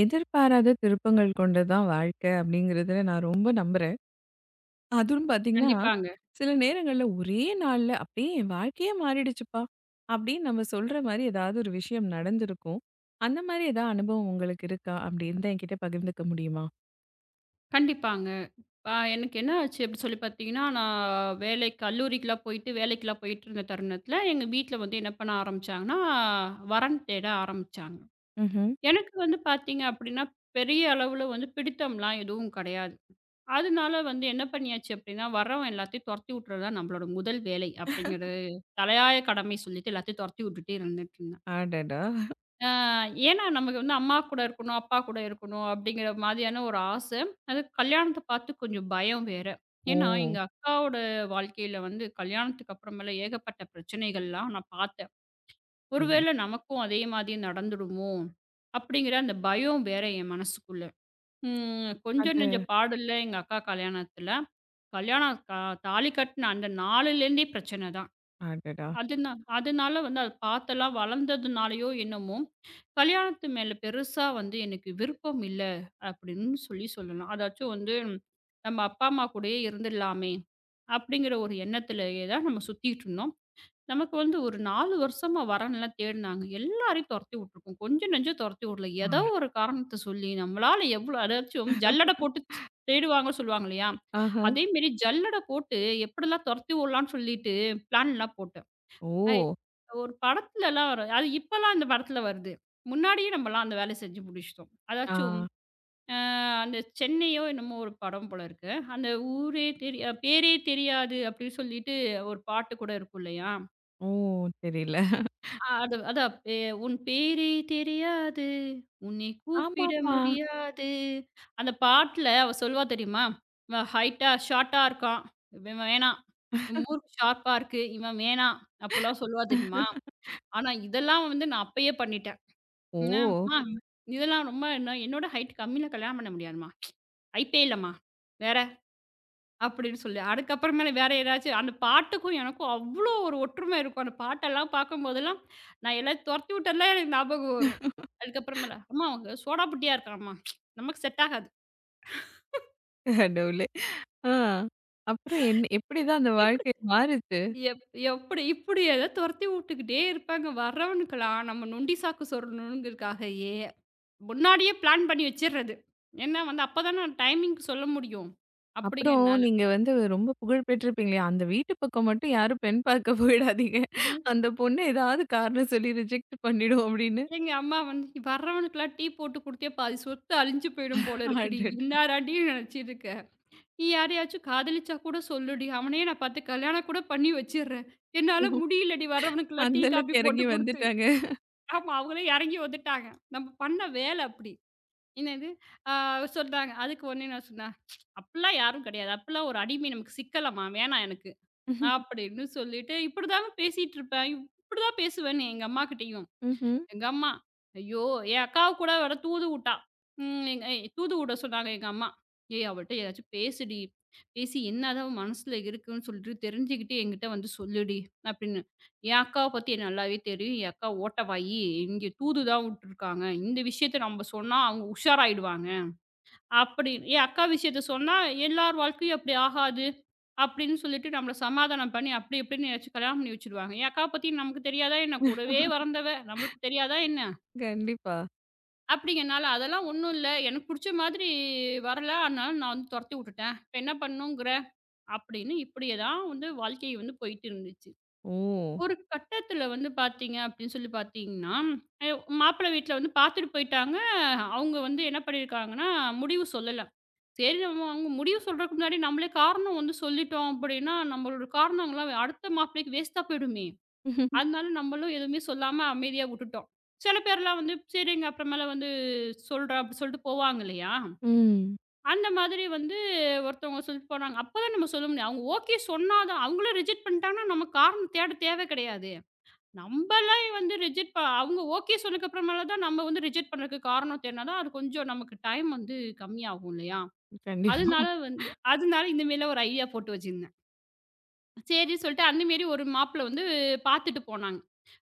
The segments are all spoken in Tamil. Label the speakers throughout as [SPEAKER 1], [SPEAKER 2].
[SPEAKER 1] எதிர்பாராத திருப்பங்கள் கொண்டது தான் வாழ்க்கை அப்படிங்கிறதுல நான் ரொம்ப நம்புறேன். அதுவும் பார்த்தீங்கன்னா,
[SPEAKER 2] கண்டிப்பாங்க,
[SPEAKER 1] சில நேரங்கள்ல ஒரே நாள்ல அப்படியே என் வாழ்க்கையே மாறிடுச்சுப்பா! அப்படின்னு நம்ம சொல்ற மாரி ஏதாவது ஒரு விஷயம் நடந்திருக்கும். அந்த மாரி ஏதாவது அனுபவம் உங்களுக்கு இருக்கா? அப்படி இருந்தா என்கிட்ட பகிர்ந்துக்க முடியுமா?
[SPEAKER 2] கண்டிப்பாங்க. எனக்கு என்ன ஆச்சு அப்படி சொல்லி பார்த்தீங்கன்னா, நான் வேலை கல்லூரிக்குலாம் போயிட்டு, வேலைக்குலாம் போயிட்டுருந்த தருணத்தில, எங்க வீட்ல வந்து என்ன பண்ண ஆரம்பிச்சாங்கன்னா, வரன் தேட ஆரம்பிச்சாங்க.
[SPEAKER 1] ம்ஹ்ம்.
[SPEAKER 2] எனக்கு வந்து பார்த்தீங்க அப்படின்னா, பெரிய அளவுல வந்து பிடித்தம்லாம் எதுவும் கிடையாது. அதனால வந்து என்ன பண்ணியாச்சு அப்படின்னா, வர்றவன் எல்லாத்தையும் தொரத்தி விட்டுறது தான் நம்மளோட முதல் வேலை அப்படிங்கிற தலையாய கடமை சொல்லிட்டு எல்லாத்தையும் தொரத்தி விட்டுட்டே இருந்துட்டுருந்தேன்.
[SPEAKER 1] அடடா!
[SPEAKER 2] ஆ ஏன்னா நமக்கு வந்து அம்மா கூட இருக்கணும், அப்பா கூட இருக்கணும் அப்படிங்கிற மாதிரியான ஒரு ஆசை. அது கல்யாணத்த பார்த்து கொஞ்சம் பயம் வேற. ஏன்னா
[SPEAKER 1] ஓ!
[SPEAKER 2] எங்க அக்காவோட வாழ்க்கையில வந்து கல்யாணத்துக்கு அப்புறமேல ஏகப்பட்ட பிரச்சனைகள்லாம் நான் பார்த்தேன்.
[SPEAKER 1] ஐயோ!
[SPEAKER 2] ஒருவேளை நமக்கும் அதே மாதிரி நடந்துடுமோ! அப்படிங்கிற அந்த பயம் வேற என் மனசுக்குள்ள. கொஞ்சம்
[SPEAKER 1] அது
[SPEAKER 2] நெஞ்ச பாடு இல்ல எங்க அக்கா கல்யாணத்துல. கல்யாணம் க தாலி கட்டுன அந்த நாள்லேருந்தே பிரச்சனை தான்.
[SPEAKER 1] அடடா!
[SPEAKER 2] அதுனா அதனால வந்து அத பார்த்தெல்லாம் வளர்ந்ததுனாலயோ என்னமோ, கல்யாணத்து மேல பெருசா வந்து எனக்கு விருப்பம் இல்ல, அப்படின்னு சொல்லி சொல்லலாம். அதாச்சும் வந்து நம்ம அப்பா, அம்மா கூடயே இருந்துடலாமே, அப்படிங்கிற ஒரு எண்ணத்திலேயே தான் நம்ம சுத்திட்டு இருந்தோம். நமக்கு வந்து ஒரு 4 வருஷமா வரன்லாம் தேடுனாங்க. எல்லாரையும் தொரத்தி விட்டுருக்கோம். கொஞ்சம் நெஞ்சம் தொரத்தி விடல.
[SPEAKER 1] ஆ.
[SPEAKER 2] ஏதோ ஒரு காரணத்த சொல்லி நம்மளால எவ்வளோ அதாச்சும் ஜல்லடை போட்டு தேடுவாங்கன்னு சொல்லுவாங்க இல்லையா?
[SPEAKER 1] ஆஹா!
[SPEAKER 2] அதேமாரி ஜல்லடை போட்டு எப்படிலாம் தொரத்தி விடலான்னு சொல்லிட்டு பிளான்லாம் போட்டேன். ஐ
[SPEAKER 1] ஓ!
[SPEAKER 2] ஒரு படத்துலலாம் வரும். அது இப்பலாம் அந்த படத்துல வருது. முன்னாடியே நம்மலாம் அந்த வேலைய செஞ்சு முடிச்சுட்டோம்.
[SPEAKER 1] ஆ.
[SPEAKER 2] அதாச்சும் அ அந்த சென்னையோ என்னமோ ஒரு படம் போல இருக்கு. அந்த ஊரே தெரிய பேரே தெரியாது அப்படின்னு சொல்லிட்டு ஒரு பாட்டு கூட இருக்கும் இல்லையா?
[SPEAKER 1] ஓ! தெரியல.
[SPEAKER 2] அது அதான் பே "உன் பேரே தெரியாது, உன்னை கூப்பிட
[SPEAKER 1] ஆமாமா.
[SPEAKER 2] முடியாது." அந்த பாட்டுல அவ சொல்லுவா தெரியுமா? "இவன் ஹைட்டா ஷார்ட்டா இருக்கான். இவன் வேணாம். இவன் மூக்கு ஷார்ப்பா இருக்கு. இவன் வேணாம்." அப்படிலாம் சொல்லுவா தெரியுமா? ஆனா இதெல்லாம் வந்து நான் அப்பயே பண்ணிட்டேன். என்ன
[SPEAKER 1] ஓ!
[SPEAKER 2] அம்மா ம். இதெல்லாம் ரொம்ப என்ன என்னோட ஹைட் கம்மியில கல்யாணம் பண்ண முடியாதும்மா. ஹைட்டே இல்லம்மா. வேற அப்படின்னு சொல்லி அதுக்கப்புறமேல வேற ஏதாச்சும் அந்த பாட்டுக்கும் எனக்கும் அவ்வளோ ஒரு ஒற்றுமை இருக்கும். அந்த பாட்டெல்லாம் பார்க்கும்போதெல்லாம் நான் எல்லாத்தையும் துரத்தி விட்டதெல்லாம் எனக்கு ஞாபகம் வரும். அதுக்கப்புறமேல அம்மா அவங்க சோடா புட்டியா இருக்காங்கம்மா. நமக்கு செட் ஆகாது.
[SPEAKER 1] கடவுளே! ஆ. அப்புறம் என் எப்படிதான் அந்த வாழ்க்கை
[SPEAKER 2] எப்படி
[SPEAKER 1] மாறுச்சு?
[SPEAKER 2] எப் எப்படி இப்படி ஏதோ துரத்தி விட்டுக்கிட்டே இருப்பாங்க. வர்றவனுக்கெல்லாம் நம்ம நொண்டி சாக்கு சொருணுங்கிறதுக்காகயே முன்னாடியே பிளான் பண்ணி வச்சிர்றது. ஏன்னா வந்து அப்பதான் நான் டைமிங்க்கு சொல்ல முடியும்.
[SPEAKER 1] அப்புறம்
[SPEAKER 2] அப்படிங்கிறனால.
[SPEAKER 1] நீங்க வந்து ரொம்ப புகழ் பெற்றிருப்பீங்களே, அந்த வீட்டு பக்கம் மட்டும் யாரும் பெண் பார்க்க போயிடாதீங்க.
[SPEAKER 2] ம்.
[SPEAKER 1] அந்த பொண்ணு ஏதாவது காரணம் சொல்லி ரிஜெக்ட் பண்ணிடும் அப்படின்னு.
[SPEAKER 2] எங்க அம்மா வந்து "வர்றவனுக்கெல்லாம் டீ போட்டு குடுத்தியே பாதி சொத்து அழிஞ்சு போயிடும் போல இருக்குடி.
[SPEAKER 1] அடடோ!
[SPEAKER 2] என்னாடாடி நெனச்சிருக்க? நீ யாரையாச்சும் காதலிச்சா கூட சொல்லுடி. அவனையே நான் பாத்து கல்யாணம் கூட பண்ணி வச்சிர்றேன். என்னால முடியலடி வர்றவனுக்கெல்லாம் டீ,
[SPEAKER 1] அந்த அளவுக்கு
[SPEAKER 2] காப்பி
[SPEAKER 1] இறங்கி
[SPEAKER 2] போட்டு குடுத்து."
[SPEAKER 1] வந்துட்டாங்க.
[SPEAKER 2] ஆமா அவங்களே எறங்கி வந்துட்டாங்க. நம்ம பண்ண வேலை அப்படி. என்னது ஆ சொல்றாங்க. அதுக்கு உடனே நான் சொன்னேன் "அப்படிலாம் யாரும் கெடையாது. அப்படிலாம் ஒரு அடிமை நமக்கு சிக்கலாம்மா. வேணாம் எனக்கு." அப்படின்னு சொல்லிட்டு இப்படிதாங்க பேசிட்டு இருப்பேன். இப்படிதான் பேசுவேன்னு எங்க அம்மாகிட்டயும்.
[SPEAKER 1] ம்ஹ்ம்.
[SPEAKER 2] எங்க அம்மா, ஐயோ! என் அக்காவ கூட வேற தூது வுட்டா. எங்க ஏய், தூது விட சொன்னாங்க எங்க அம்மா. ஏய்! அவள்ட்ட ஏதாச்சும் பேசுடி. பேசி என்னதான் மனசுல இருக்குன்னு சொல்லிட்டு தெரிஞ்சுக்கிட்டு என்கிட்ட வந்து சொல்லுடி அப்படின்னு. என் அக்காவ பத்தி எனக்கு நல்லாவே தெரியும். என் அக்கா ஓட்டவாயி. இங்க தூது தான் விட்டுருக்காங்க. இந்த விஷயத்த நம்ம சொன்னா அவங்க உஷாராயிடுவாங்க. அப்படின்னு. என் அக்கா விஷயத்த சொன்னா, எல்லார் வாழ்க்கையும் அப்படி ஆகாது. அப்படின்னு சொல்லிட்டு நம்மள சமாதானம் பண்ணி, அப்படி இப்படின்னு ஏதாச்சும் கல்யாணம் பண்ணி வச்சுருவாங்க. என் அக்காவ பத்தி நமக்கு தெரியாதா என்ன? கூடவே வளர்ந்தவ. நம்மளுக்கு தெரியாதா என்ன?
[SPEAKER 1] கண்டிப்பா.
[SPEAKER 2] அப்படிங்கிறனால, அதெல்லாம் ஒண்ணும் இல்ல. எனக்கு புடிச்ச மாதிரி வரல. அதனால நான் வந்து தொரத்தி வுட்டுட்டேன். இப்ப என்ன பண்ணுங்கிற? அப்படின்னு இப்படியே தான் வந்து வாழ்க்கை வந்து போயிட்டு இருந்துச்சு.
[SPEAKER 1] ஓ!
[SPEAKER 2] ஒரு கட்டத்துல வந்து பார்த்தீங்க அப்படின்னு சொல்லி பார்த்தீங்கன்னா, எ மாப்பிள வீட்ல வந்து பார்த்துட்டு போயிட்டாங்க. அவங்க வந்து என்ன பண்ணியிருக்காங்கன்னா, முடிவு சொல்லல. சரி நம்ம அவங்க முடிவு சொல்றதுக்கு முன்னாடி நம்மளே காரணம் வந்து சொல்லிட்டோம் அப்படின்னா, நம்மளோட காரணங்கள்லாம் அடுத்த மாப்பிள்ளைக்கு வேஸ்ட்டா போயிடுமே! அதனால நம்மளும் எதுவுமே சொல்லாம அமைதியா விட்டுட்டோம். சில பேர்லாம் வந்து சரிங்க அப்புறமேல வந்து சொல்றேன் அப்படி சொல்லிட்டு போவாங்க இல்லையா?
[SPEAKER 1] ம்.
[SPEAKER 2] அந்த மாதிரி வந்து ஒருத்தவங்க சொல்லிட்டு போனாங்க. அப்பதான் நம்ம சொல்ல முடியும். அவங்க ஓகே சொன்னா தான் அவங்களே ரிஜெக்ட் பண்ணிட்டாங்கன்னா, நம்ம காரணம் தேட தேவை கிடையாது. நம்பளே வந்து ரிஜெக்ட் ப அவங்க ஓகே சொன்னதுக்கு அப்புறமேல தான் நம்ம வந்து ரிஜெக்ட் பண்றதுக்கு காரணம் தேடுனா தான், அது கொஞ்சம் நமக்கு டைம் வந்து கம்மியாகும் இல்லையா?
[SPEAKER 1] கண்டிப்பா.
[SPEAKER 2] அதனால வந்து அதனால இந்த மாரிலாம் ஒரு ஐடியா போட்டு வச்சிருந்தேன். சரின்னு சொல்லிட்டு அந்த மாரி ஒரு மாப்பிள வந்து பார்த்துட்டு போனாங்க.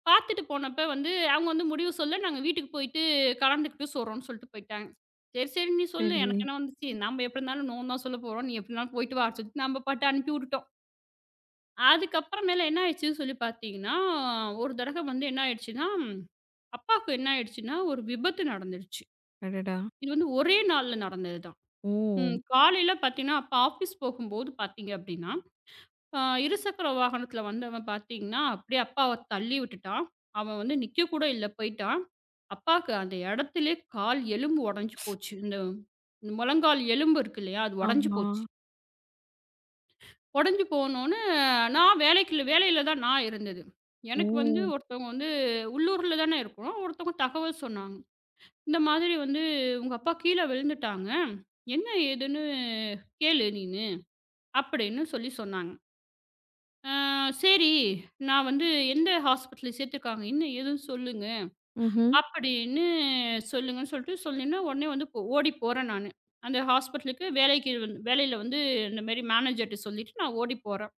[SPEAKER 2] பார்த்துட்டு போனப்ப வந்து அவங்க வந்து முடிவு சொல்ல, "நாங்க வீட்டுக்கு போயிட்டு கலந்துக்கிட்டு சொல்றோம்ன்னு" சொல்லிட்டு போயிட்டாங்க. சரி, சரி நீ சொல்லு.
[SPEAKER 1] சரி.
[SPEAKER 2] எனக்கு என்ன வந்துச்சு? நம்ம எப்படி இருந்தாலும் நோன்னு தான் சொல்லப் போறோம். நீ எப்படினாலும் போயிட்டு வான்னு சொல்லிட்டு நம்ம பாட்டு அனுப்பி விட்டுட்டோம். அதுக்கப்புறமேல என்ன ஆயிடுச்சுன்னு சொல்லி பார்த்தீங்கன்னா, ஒரு தடவை வந்து என்ன ஆயிடுச்சுன்னா அப்பாவுக்கு என்ன ஆயிடுச்சுன்னா, ஒரு விபத்து நடந்துடுச்சு.
[SPEAKER 1] அடடா!
[SPEAKER 2] இது வந்து ஒரே நாள்ல நடந்தது தான்.
[SPEAKER 1] ஓ!
[SPEAKER 2] ம். காலையில பார்த்தீங்கன்னா, அப்பா ஆஃபீஸ் போகும்போது பார்த்தீங்க அப்படின்னா, அ இருசக்கர வாகனத்தில வந்தவன் பார்த்தீங்கன்னா, அப்படியே அப்பாவ தள்ளி விட்டுட்டான். அவன் வந்து நிக்க கூட இல்ல போயிட்டான். அப்பாவுக்கு அந்த இடத்திலே கால் எலும்பு உடைஞ்சு போச்சு. இந்த இந்த முழங்கால் எலும்பு இருக்கு இல்லையா? அது உடைஞ்சு
[SPEAKER 1] ஆமா.
[SPEAKER 2] போச்சு. உடைஞ்சு போனோனே, வேலையில தான் நான் இருந்தது. எனக்கு வந்து
[SPEAKER 1] ஓ!
[SPEAKER 2] ஒருத்தவங்க வந்து உள்ளூர்ல தானே இருக்கோம். ஒருத்தவங்க தகவல் சொன்னாங்க. இந்த மாதிரி வந்து "உங்க அப்பா கீழ விழுந்துட்டாங்க. என்ன ஏதுன்னு கேளு நீனு" அப்படின்னு சொல்லி சொன்னாங்க. ஆ சரி, நான் வந்து எந்த ஹாஸ்பிட்டல்ல சேர்த்துருக்காங்க, என்ன ஏதுன்னு சொல்லுங்க,
[SPEAKER 1] ம்ஹ்ம்.
[SPEAKER 2] அப்படின்னு சொல்லுங்கன்னு சொல்லிட்டு சொன்னேன்னா, உடனே வந்து போ ஓடி போறேன் நானு. அந்த ஹாஸ்பிட்டலுக்கு வேலைக்கு வந்து வேலையில வந்து இந்த மாரி மேனேஜர்ட்ட சொல்லிட்டு நான் ஓடி போறேன்.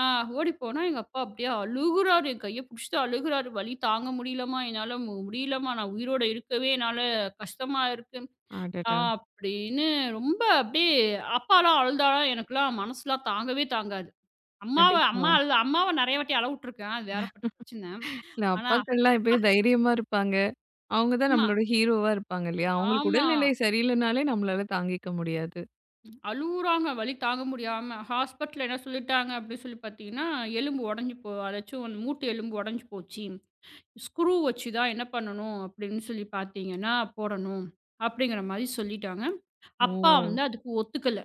[SPEAKER 2] ஆ ஓடி போனா எங்க அப்பா அப்படியே அழுகுறாரு. என் கைய புடிச்சுட்டு அழுகுறாரு. "வலி தாங்க முடியலம்மா, என்னால முடியலம்மா. நான் உயிரோட இருக்கவே என்னால கஷ்டமா இருக்கு.
[SPEAKER 1] அடடா!
[SPEAKER 2] அப்படின்னு ரொம்ப அப்படியே அப்பாலாம் அழுதாலாம் எனக்கெல்லாம் மனசுலாம் தாங்கவே தாங்காது. அம்மாவ
[SPEAKER 1] கண்டிப்பா.
[SPEAKER 2] அம்மா அழுத அம்மாவ நெறைய வாட்டி அழவுட்டுருக்கேன். அது வேறப்பட்ட பிரச்சனை.
[SPEAKER 1] இல்ல
[SPEAKER 2] ஆனா
[SPEAKER 1] அப்பாக்கள்லாம் எப்பயும் தைரியமா இருப்பாங்க. அவங்க தான்
[SPEAKER 2] அம்மா
[SPEAKER 1] நம்மளோட ஹீரோவா இருப்பாங்க இல்லையா? அவங்களுக்கு
[SPEAKER 2] ஆமா.
[SPEAKER 1] உடல்நிலை சரியில்லனாலே நம்மளால தாங்கிக்க முடியாது.
[SPEAKER 2] அழுவுறாங்க வலி தாங்க முடியாம. ஹாஸ்பிட்டல்ல என்ன சொல்லிட்டாங்க அப்படின்னு சொல்லி பார்த்தீங்கன்னா, எலும்பு உடைஞ்சு போ அதாச்சும் அந்த மூட்டு எலும்பு உடைஞ்சு போச்சு. ஸ்க்ரூ வச்சு தான் என்ன பண்ணணும் அப்படின்னு சொல்லி பார்த்தீங்கன்னா, போடணும் அப்படிங்கிற மாரி சொல்லிட்டாங்க. அப்பா
[SPEAKER 1] ஓ!
[SPEAKER 2] வந்து அதுக்கு ஒத்துக்கல.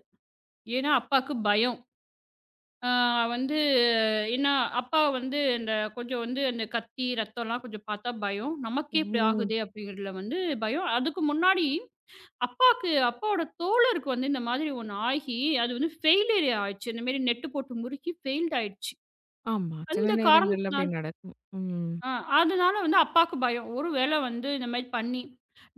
[SPEAKER 2] ஏன்னா அப்பாவுக்கு பயம். ஆ வந்து என்ன அப்பா வந்து இந்த கொஞ்சம் வந்து அந்த கத்தி, ரத்தம்லாம் கொஞ்சம் பார்த்தா பயம். நமக்கே இப்படி
[SPEAKER 1] ம்.
[SPEAKER 2] ஆகுதே அப்படிங்கிறதுல வந்து பயம். அதுக்கு முன்னாடி அப்பாவோட தோழருக்கு வந்து இந்த மாதிரி ஒண்ணு ஆகி, அது வந்து ஃபெயிலியர் ஆயிடுச்சு. இந்த மாரி நெட்டு போட்டு முறுக்கி ஃபெயில்ட் ஆயிடுச்சு.
[SPEAKER 1] ஆமா. சில
[SPEAKER 2] அந்த
[SPEAKER 1] நேரங்கள்ல அப்படி
[SPEAKER 2] காரணத்தினால
[SPEAKER 1] நடக்கும். ம்.
[SPEAKER 2] ஆ அதனால வந்து அப்பாக்கு பயம். ஒரு வேளை வந்து இந்த மாரி பண்ணி,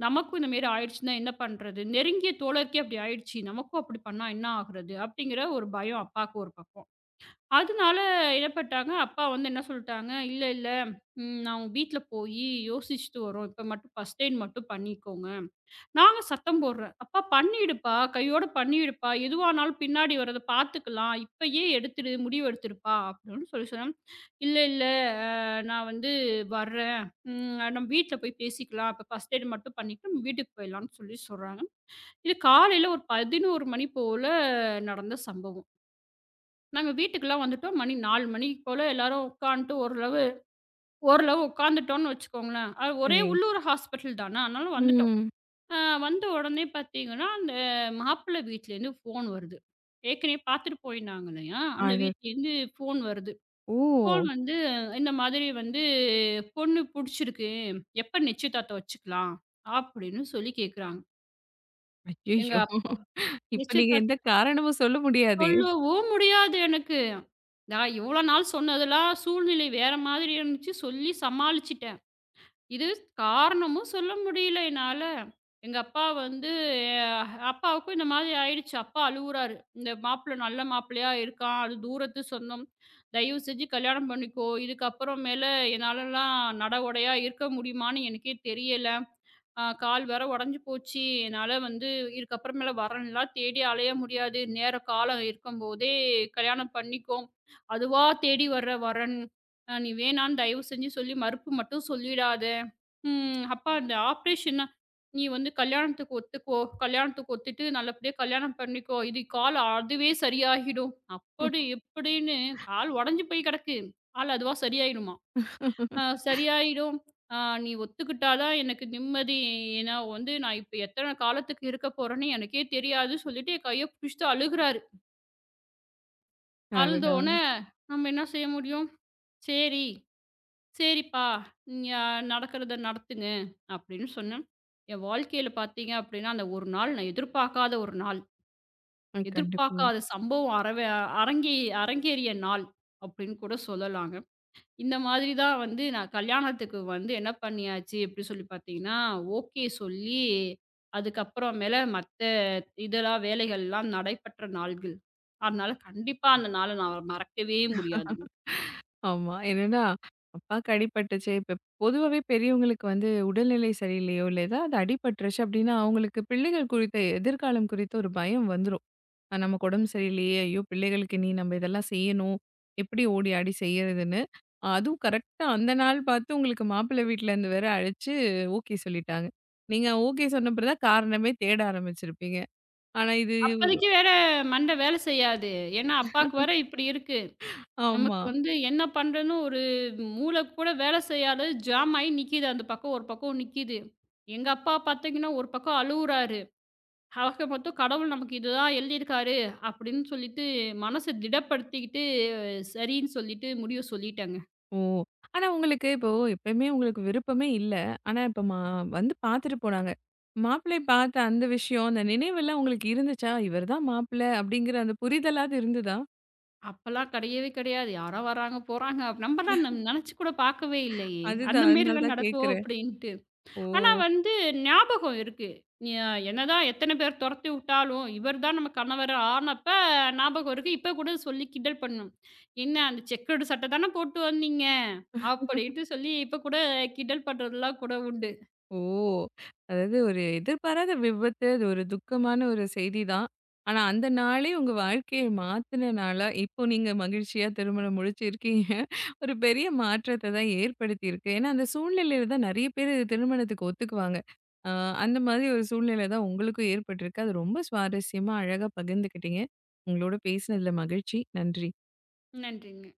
[SPEAKER 2] நமக்கும் இந்த மாரி ஆயிடுச்சுன்னா என்ன பண்றது? நெருங்கிய தோழருக்கே அப்படி ஆயிடுச்சு. நமக்கும் அப்படி பண்ணா என்ன ஆகுறது? அப்படிங்கிற ஒரு பயம் அப்பாவுக்கு ஒரு பக்கம். அதனால என்ன பண்ணிட்டாங்க, அப்பா வந்து என்ன சொல்ட்டாங்க, "இல்ல, இல்ல. ம் நான் வீட்ல போயி யோசிச்சுட்டு வரோம். இப்ப மட்டும் ஃபர்ஸ்ட் எய்ட் மட்டும் பண்ணிக்கோங்க." நாங்க சத்தம் போடுறேன், "அப்பா பண்ணிடுப்பா. கையோட பண்ணிடுப்பா. எதுவானாலும் பின்னாடி வர்றத பார்த்துக்கலாம். இப்பயே எடுத்துடு. முடிவு எடுத்துடுப்பா." அப்படின்னு சொல்லி சொன்னேன். "இல்ல, இல்ல. அ நான் வந்து வர்றேன். நம்ம வீட்ல போய் பேசிக்கலாம். அப்ப ஃபர்ஸ்ட் எய்ட் மட்டும் பண்ணிட்டு நம்ம வீட்டுக்கு போயிடலாம்ன்னு" சொல்லி சொல்றாங்க. இது காலையில ஒரு 11 மணி போல நடந்த சம்பவம். நாங்க வீட்டுக்குலாம் வந்துட்டோம். மணி 4 மணி போல எல்லாரும் உட்காந்துட்டு ஓரளவு ஓரளவு உட்காந்துட்டோம்னு வச்சுக்கோங்களேன். அது ஒரே
[SPEAKER 1] சரி.
[SPEAKER 2] உள்ளூர் ஹாஸ்பிட்டல் தானா, அதனால வந்துட்டோம்.
[SPEAKER 1] ம்.
[SPEAKER 2] அ வந்த உடனே பார்த்தீங்கன்னா, அந்த மாப்பிள்ளை வீட்லேருந்து ஃபோன் வருது. ஏற்கனவே பார்த்துட்டு போயிருந்தாங்க இல்லையா? அந்த
[SPEAKER 1] அட
[SPEAKER 2] வீட்லேருந்து ஃபோன் வருது. ஃபோன்
[SPEAKER 1] ஓ!
[SPEAKER 2] வந்து இந்த மாதிரி வந்து பொண்ணு புடிச்சிருக்கு. எப்ப நிச்சயதார்த்தம் வச்சுக்கலாம்? அப்படின்னு சொல்லி கேட்குறாங்க. எங்க
[SPEAKER 1] ஐயய்யோ! இப்ப நீங்க எந்த
[SPEAKER 2] நிச்சயதார்த்தம்
[SPEAKER 1] காரணமும் சொல்ல முடியாதே!
[SPEAKER 2] சொல்லவும் முடியாது எனக்கு. நான் இவ்வளோ நாள் சொன்னதெல்லாம் சூழ்நிலை வேற மாதிரி இருந்துச்சு. சொல்லி சமாளிச்சுட்டேன். இது காரணமும் சொல்ல முடியல என்னால. எங்க அப்பா வந்து அ அப்பாவுக்கும் இந்த மாதிரி ஆயிடுச்சு. அப்பா அழுவுறாரு. "இந்த மாப்பிள நல்ல மாப்பிள்ளையா இருக்கான். அது தூரத்து சொந்தம். தயவு செஞ்சு கல்யாணம் பண்ணிக்கோ. இதுக்கப்புறம் மேல என்னாலலாம் நட உடையா இருக்க முடியுமான்னு எனக்கே தெரியல." கால் வேற உடைஞ்சு போச்சு. என்னால வந்து இதுக்கப்புறமேல வரன்லாம் தேடி அலைய முடியாது. நேர காலம் இருக்கும்போதே கல்யாணம் பண்ணிக்கோ. அதுவா தேடி வர்ற வரன். நீ வேணான்னு தயவு செஞ்சு சொல்லி மறுப்பு மட்டும் சொல்லிடாத. அப்பா இந்த ஆப்ரேஷன்னா நீ வந்து கல்யாணத்துக்கு ஒத்துக்கோ. கல்யாணத்துக்கு ஒத்துட்டு நல்லபடியா கல்யாணம் பண்ணிக்கோ. இது கால் அதுவே சரியாகிடும். அப்படி இப்படின்னு கால் உடைஞ்சு போய் கிடக்கு. கால் அதுவா சரியாயிடுமா? சரியாயிடும். ஆ நீ ஒத்துக்கிட்டா தான் எனக்கு நிம்மதி. ஏன்னா வந்து நான் இப்ப எத்தன காலத்துக்கு இருக்க போறேன்னு எனக்கே தெரியாது." சொல்லிட்டு என் கைய பிடிச்சுட்டு அழுகுறாரு.
[SPEAKER 1] அடடா!
[SPEAKER 2] அழுதோனே நம்ம என்ன செய்ய முடியும்? "சரி, சரிப்பா. நீங்க நடக்கிறத நடத்துங்க." அப்படின்னு சொன்னேன். என் வாழ்க்கையில பார்த்தீங்க அப்படின்னா, அந்த ஒரு நாள் நான் எதிர்பார்க்காத ஒரு நாள்.
[SPEAKER 1] கண்டிப்பா.
[SPEAKER 2] எதிர்பார்க்காத சம்பவம் அரவே அரங்கே அரங்கேறிய நாள் அப்படின்னு கூட சொல்லலாங்க. இந்த மாதிரி தான் வந்து நான் கல்யாணத்துக்கு வந்து என்ன பண்ணியாச்சு எப்படி சொல்லி பார்த்தீங்கன்னா, ஓகே சொல்லி, அதுக்கப்புறமேல மத்த இதெல்லாம் வேலைகள்லாம் நடைபெற்ற நாள்கள். அதனால கண்டிப்பா அந்த நாள நான் மறக்கவே முடியாதுங்க.
[SPEAKER 1] ஆமா. என்னன்னா, அப்பாக்கு அடிபட்டுச்சே! இப்ப பொதுவாவே பெரியவங்களுக்கு வந்து உடல்நிலை சரியில்லையோ! இல்ல ஏதாவது அடிபட்டுருச்சு அப்பிடின்னா, அவுங்களுக்கு பிள்ளைகள் குறித்த எதிர்காலம் குறித்த ஒரு பயம் வந்துரும். நமக்கு உடம்பு சரியில்லையே! ஐயோ! பிள்ளைகளுக்கு இனி நம்ம இதெல்லாம் செய்யணும். எப்பிடி ஓடி ஆடி செய்யிறதுன்னு. அதுவும் கரெக்ட்டா அந்த நாள் பார்த்து உங்களுக்கு மாப்பிள்ளை வீட்லருந்து வேற அழைச்சு ஓகே சொல்லிட்டாங்க. நீங்க ஓகே சொன்ன பிறகு தான் காரணமே தேட ஆரம்பிச்சிருப்பீங்க. ஆனா இது ஒரு
[SPEAKER 2] அப்போதைக்கு வேற மண்டை வேலை செய்யாது. ஏன்னா அப்பாவுக்கு வேற இப்படி இருக்கு.
[SPEAKER 1] ஆமா.
[SPEAKER 2] நமக்கு வந்து என்ன பண்றதுன்னு ஒரு மூளை கூட வேலை செய்யாத ஜாம் ஆயி நிக்கிது. அந்த பக்கம் ஒரு பக்கம் நிக்கிது. எங்க அப்பா பார்த்தீங்கன்னா, ஒரு பக்கம் அழுவுறாரு. ஆக மொத்தம் கடவுள் நமக்கு இதுதான் எழுதியிருக்காரு அப்படின்னு சொல்லிட்டு மனச திடப்படுத்திக்கிட்டு சரின்னு சொல்லிட்டு முடிவு சொல்லிட்டேங்க.
[SPEAKER 1] ஓ! ஆனா உங்களுக்கு இப்போ எப்பயுமே உங்களுக்கு விருப்பமே இல்ல. ஆனா இப்ப மா வந்து பார்த்துட்டு போனாங்க. மாப்பிள்ளைய பார்த்த அந்த விஷயம், அந்த நினைவெல்லாம் உங்களுக்கு இருந்துச்சா? இவர் தான் மாப்பிள்ளை அப்படிங்கிற அந்த புரிதலாவது இருந்ததா?
[SPEAKER 2] அப்பலாம் கிடையவே கிடையாது. யாரோ வராங்க, போறாங்க. அப்ப நம்மலாம் நம் நினைச்சு கூட பார்க்கவே இல்லையே! அந்த
[SPEAKER 1] அதுதான் அதனால
[SPEAKER 2] மாரிலாம்
[SPEAKER 1] தான்
[SPEAKER 2] நடக்கும்
[SPEAKER 1] கேட்கிறேன்.
[SPEAKER 2] அப்படின்ட்டு. ஆனா
[SPEAKER 1] ஓ!
[SPEAKER 2] வந்து ஞாபகம் இருக்கு. ஞ என்னதான் எத்தன பேர் தொரத்தி விட்டாலும், இவர் தான் நம்ம கணவர் ஆனப்ப ஞாபகம் இருக்கு. இப்ப கூட சொல்லி கிண்டல் பண்ணும். "என்ன அந்த செக்கர்டு சட்ட தானே போட்டு வந்தீங்க?" அப்படின்னு சொல்லி இப்ப கூட கிண்டல் பண்றதெல்லாம் கூட உண்டு.
[SPEAKER 1] ஓ! அதாவது ஒரு எதிர்பாராத விபத்து. அது ஒரு துக்கமான ஒரு செய்தி தான். ஆனா, அந்த நாளே உங்க வாழ்க்கைய மாத்துன நாளா, இப்போ நீங்க மகிழ்ச்சியா திருமணம் முடிச்சிருக்கீங்க. ஒரு பெரிய மாற்றத்த தான் ஏற்படுத்தியிருக்கு. ஏன்னா, அந்த சூழ்நிலையில தான் நெறைய பேரு திருமணத்துக்கு ஒத்துக்குவாங்க. அ அந்த மாதிரி ஒரு சூழ்நிலை தான் உங்களுக்கும் ஏற்பட்டிருக்கு. அது ரொம்ப சுவாரஸ்யமா, அழகா பகிர்ந்துக்கிட்டீங்க. உங்களோட பேசினதுல மகிழ்ச்சி. நன்றி.
[SPEAKER 2] நன்றிங்க.